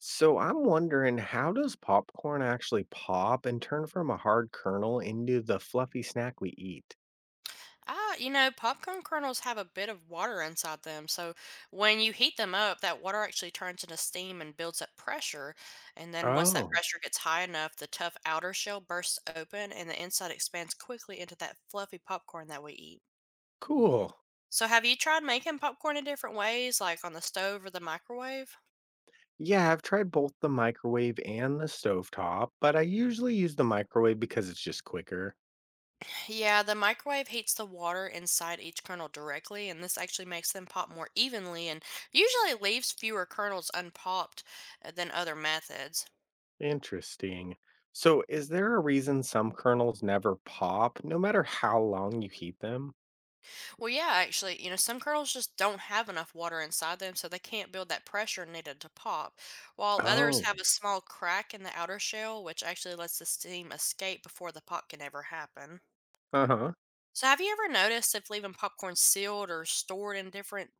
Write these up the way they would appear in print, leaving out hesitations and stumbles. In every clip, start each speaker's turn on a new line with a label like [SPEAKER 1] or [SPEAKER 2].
[SPEAKER 1] So I'm wondering, how does popcorn actually pop and turn from a hard kernel into the fluffy snack we eat?
[SPEAKER 2] Ah, you know, popcorn kernels have a bit of water inside them. So when you heat them up, that water actually turns into steam and builds up pressure. And then once that
[SPEAKER 1] Oh,
[SPEAKER 2] pressure gets high enough, the tough outer shell bursts open and the inside expands quickly into that fluffy popcorn that we eat.
[SPEAKER 1] cool.
[SPEAKER 2] So have you tried making popcorn in different ways, like on the stove or the microwave?
[SPEAKER 1] Yeah, I've tried both the microwave and the stovetop, but I usually use the microwave because it's just quicker.
[SPEAKER 2] Yeah, the microwave heats the water inside each kernel directly, and this actually makes them pop more evenly and usually leaves fewer kernels unpopped than other methods.
[SPEAKER 1] Interesting. So is there a reason some kernels never pop no matter how long you heat them?
[SPEAKER 2] Well, yeah, actually, you know, some kernels just don't have enough water inside them, so they can't build that pressure needed to pop, while others
[SPEAKER 1] Oh,
[SPEAKER 2] have a small crack in the outer shell, which actually lets the steam escape before the pop can ever happen.
[SPEAKER 1] uh-huh.
[SPEAKER 2] So, have you ever noticed if leaving popcorn sealed or stored in different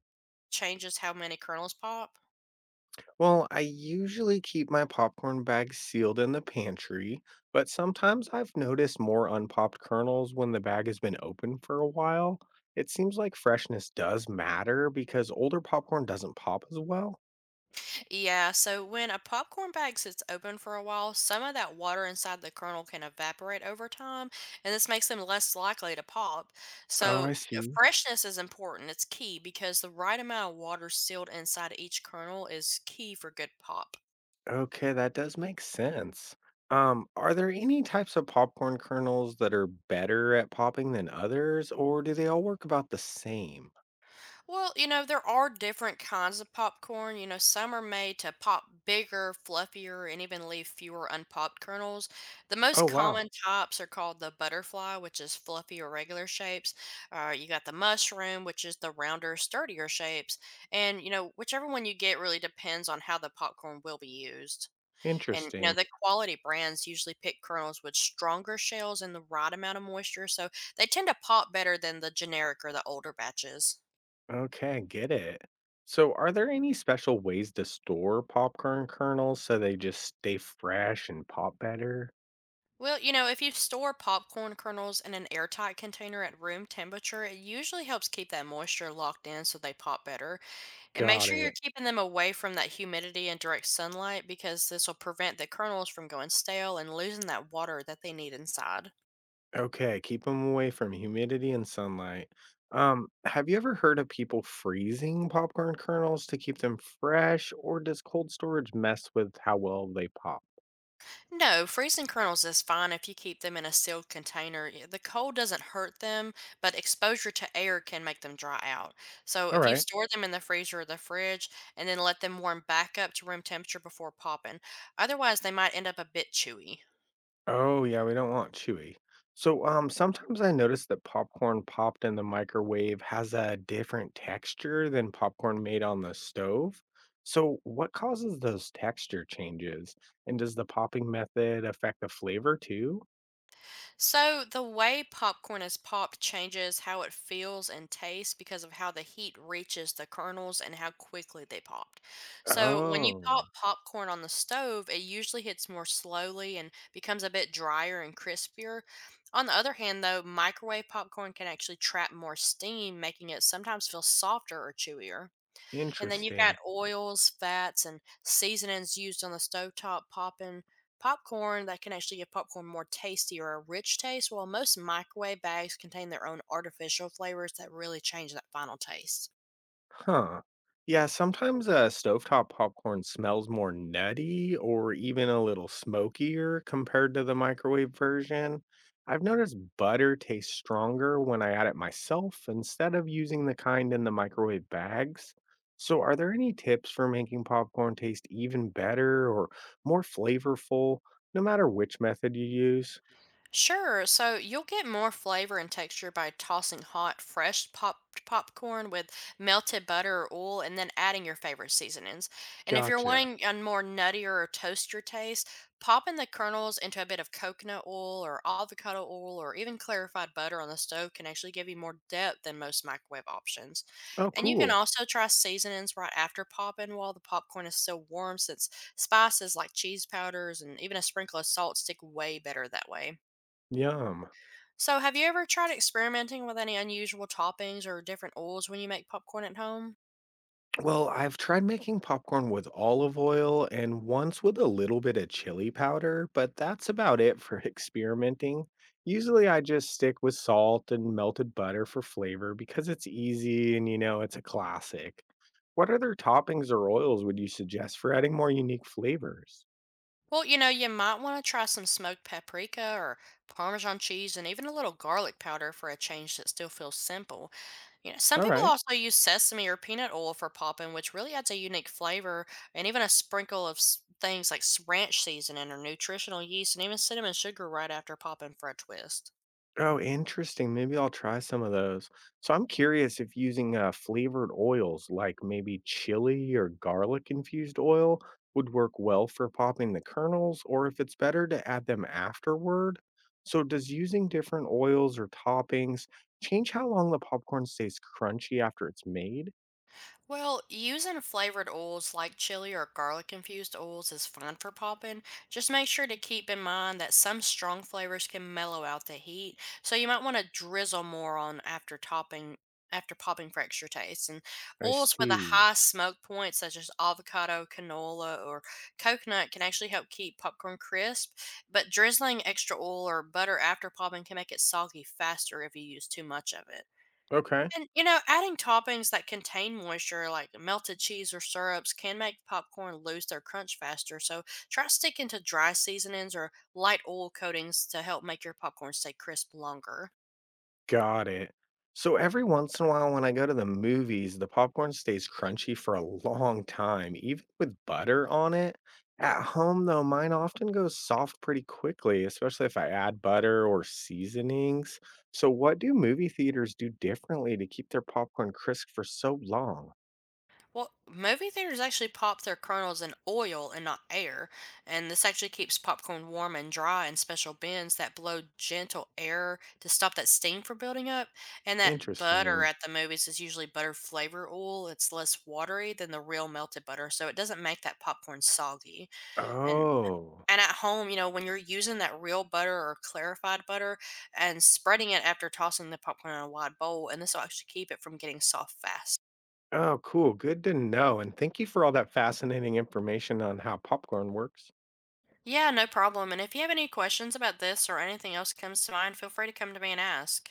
[SPEAKER 2] changes how many kernels pop?
[SPEAKER 1] Well, I usually keep my popcorn bag sealed in the pantry, but sometimes I've noticed more unpopped kernels when the bag has been open for a while. It seems like freshness does matter because older popcorn doesn't pop as well.
[SPEAKER 2] Yeah, so when a popcorn bag sits open for a while, some of that water inside the kernel can evaporate over time, and this makes them less likely to pop.
[SPEAKER 1] Oh,
[SPEAKER 2] So,
[SPEAKER 1] I see.
[SPEAKER 2] freshness is important, it's key because the right amount of water sealed inside each kernel is key for good pop.
[SPEAKER 1] Okay, that does make sense. Are there any types of popcorn kernels that are better at popping than others, or do they all work about the same?
[SPEAKER 2] Well, you know, there are different kinds of popcorn. You know, some are made to pop bigger, fluffier, and even leave fewer unpopped kernels. The
[SPEAKER 1] Oh,
[SPEAKER 2] most
[SPEAKER 1] wow.
[SPEAKER 2] common types are called the butterfly, which is fluffy or regular shapes. You got the mushroom, which is the rounder, sturdier shapes. And, you know, whichever one you get really depends on how the popcorn will be used. And, you know,
[SPEAKER 1] Interesting.
[SPEAKER 2] the quality brands usually pick kernels with stronger shells and the right amount of moisture. So they tend to pop better than the generic or the older batches.
[SPEAKER 1] Okay, get it. So, are there any special ways to store popcorn kernels so they just stay fresh and pop better?
[SPEAKER 2] Well, you know, if you store popcorn kernels in an airtight container at room temperature, it usually helps keep that moisture locked in so they pop better. And make
[SPEAKER 1] Got
[SPEAKER 2] sure you're
[SPEAKER 1] it.
[SPEAKER 2] keeping them away from that humidity and direct sunlight because this will prevent the kernels from going stale and losing that water that they need inside.
[SPEAKER 1] Okay, keep them away from humidity and sunlight. Have you ever heard of people freezing popcorn kernels to keep them fresh, or does cold storage mess with how well they pop?
[SPEAKER 2] No, freezing kernels is fine if you keep them in a sealed container. The cold doesn't hurt them, but exposure to air can make them dry out. So
[SPEAKER 1] All
[SPEAKER 2] if you
[SPEAKER 1] right.
[SPEAKER 2] store them in the freezer or the fridge and then let them warm back up to room temperature before popping, otherwise they might end up a bit chewy.
[SPEAKER 1] Oh, yeah, we don't want chewy. So, sometimes I notice that popcorn popped in the microwave has a different texture than popcorn made on the stove. So, what causes those texture changes? And does the popping method affect the flavor too?
[SPEAKER 2] So the way popcorn is popped changes how it feels and tastes because of how the heat reaches the kernels and how quickly they popped. So when you pop
[SPEAKER 1] Oh,
[SPEAKER 2] popcorn on the stove, it usually hits more slowly and becomes a bit drier and crispier. On the other hand, though, microwave popcorn can actually trap more steam, making it sometimes feel softer or chewier. And then you've got
[SPEAKER 1] interesting.
[SPEAKER 2] oils, fats, and seasonings used on the stovetop popping popcorn that can actually give popcorn more tasty or a rich taste, while most microwave bags contain their own artificial flavors that really change that final taste.
[SPEAKER 1] Huh. Yeah, sometimes stovetop popcorn smells more nutty or even a little smokier compared to the microwave version. I've noticed butter tastes stronger when I add it myself instead of using the kind in the microwave bags. So, are there any tips for making popcorn taste even better or more flavorful, no matter which method you use?
[SPEAKER 2] Sure. So you'll get more flavor and texture by tossing hot, fresh popped popcorn with melted butter or oil and then adding your favorite seasonings. And if you're
[SPEAKER 1] Gotcha.
[SPEAKER 2] wanting a more nuttier or toastier taste, pop in the kernels into a bit of coconut oil or avocado oil or even clarified butter on the stove can actually give you more depth than most microwave options.
[SPEAKER 1] Oh,
[SPEAKER 2] And you can
[SPEAKER 1] cool.
[SPEAKER 2] also try seasonings right after popping while the popcorn is still warm, since spices like cheese powders and even a sprinkle of salt stick way better that way.
[SPEAKER 1] Yum.
[SPEAKER 2] So, have you ever tried experimenting with any unusual toppings or different oils when you make popcorn at home?
[SPEAKER 1] Well, I've tried making popcorn with olive oil and once with a little bit of chili powder, but that's about it for experimenting. Usually I just stick with salt and melted butter for flavor because it's easy and you know it's a classic. What other toppings or oils would you suggest for adding more unique flavors?
[SPEAKER 2] Well, you know, you might want to try some smoked paprika or Parmesan cheese and even a little garlic powder for a change that still feels simple. You know, some
[SPEAKER 1] All
[SPEAKER 2] people
[SPEAKER 1] right.
[SPEAKER 2] also use sesame or peanut oil for popping, which really adds a unique flavor and even a sprinkle of things like ranch seasoning or nutritional yeast and even cinnamon sugar right after popping for a twist.
[SPEAKER 1] Oh, interesting. Maybe I'll try some of those. So I'm curious if using flavored oils like maybe chili or garlic infused oil would work well for popping the kernels or if it's better to add them afterward. So does using different oils or toppings change how long the popcorn stays crunchy after it's made?
[SPEAKER 2] Well, using flavored oils like chili or garlic infused oils is fine for popping. Just make sure to keep in mind that some strong flavors can mellow out the heat, so you might want to drizzle more on after popping for extra taste. And
[SPEAKER 1] I
[SPEAKER 2] oils with a
[SPEAKER 1] see.
[SPEAKER 2] high smoke point, such as avocado, canola, or coconut, can actually help keep popcorn crisp. But drizzling extra oil or butter after popping can make it soggy faster if you use too much of it.
[SPEAKER 1] Okay.
[SPEAKER 2] And, you know, adding toppings that contain moisture, like melted cheese or syrups, can make popcorn lose their crunch faster. So try sticking to dry seasonings or light oil coatings to help make your popcorn stay crisp longer.
[SPEAKER 1] Got it. So every once in a while when I go to the movies, the popcorn stays crunchy for a long time, even with butter on it. At home, though, mine often goes soft pretty quickly, especially if I add butter or seasonings. So, what do movie theaters do differently to keep their popcorn crisp for so long?
[SPEAKER 2] Well, movie theaters actually pop their kernels in oil and not air, and this actually keeps popcorn warm and dry in special bins that blow gentle air to stop that steam from building up. And that butter
[SPEAKER 1] Interesting.
[SPEAKER 2] at the movies is usually butter flavor oil. It's less watery than the real melted butter, so it doesn't make that popcorn soggy. And
[SPEAKER 1] Oh,
[SPEAKER 2] and at home, you know, when you're using that real butter or clarified butter and spreading it after tossing the popcorn in a wide bowl, and this will actually keep it from getting soft fast.
[SPEAKER 1] oh, cool. Good to know. And thank you for all that fascinating information on how popcorn works.
[SPEAKER 2] Yeah, no problem. And if you have any questions about this or anything else comes to mind, feel free to come to me and ask.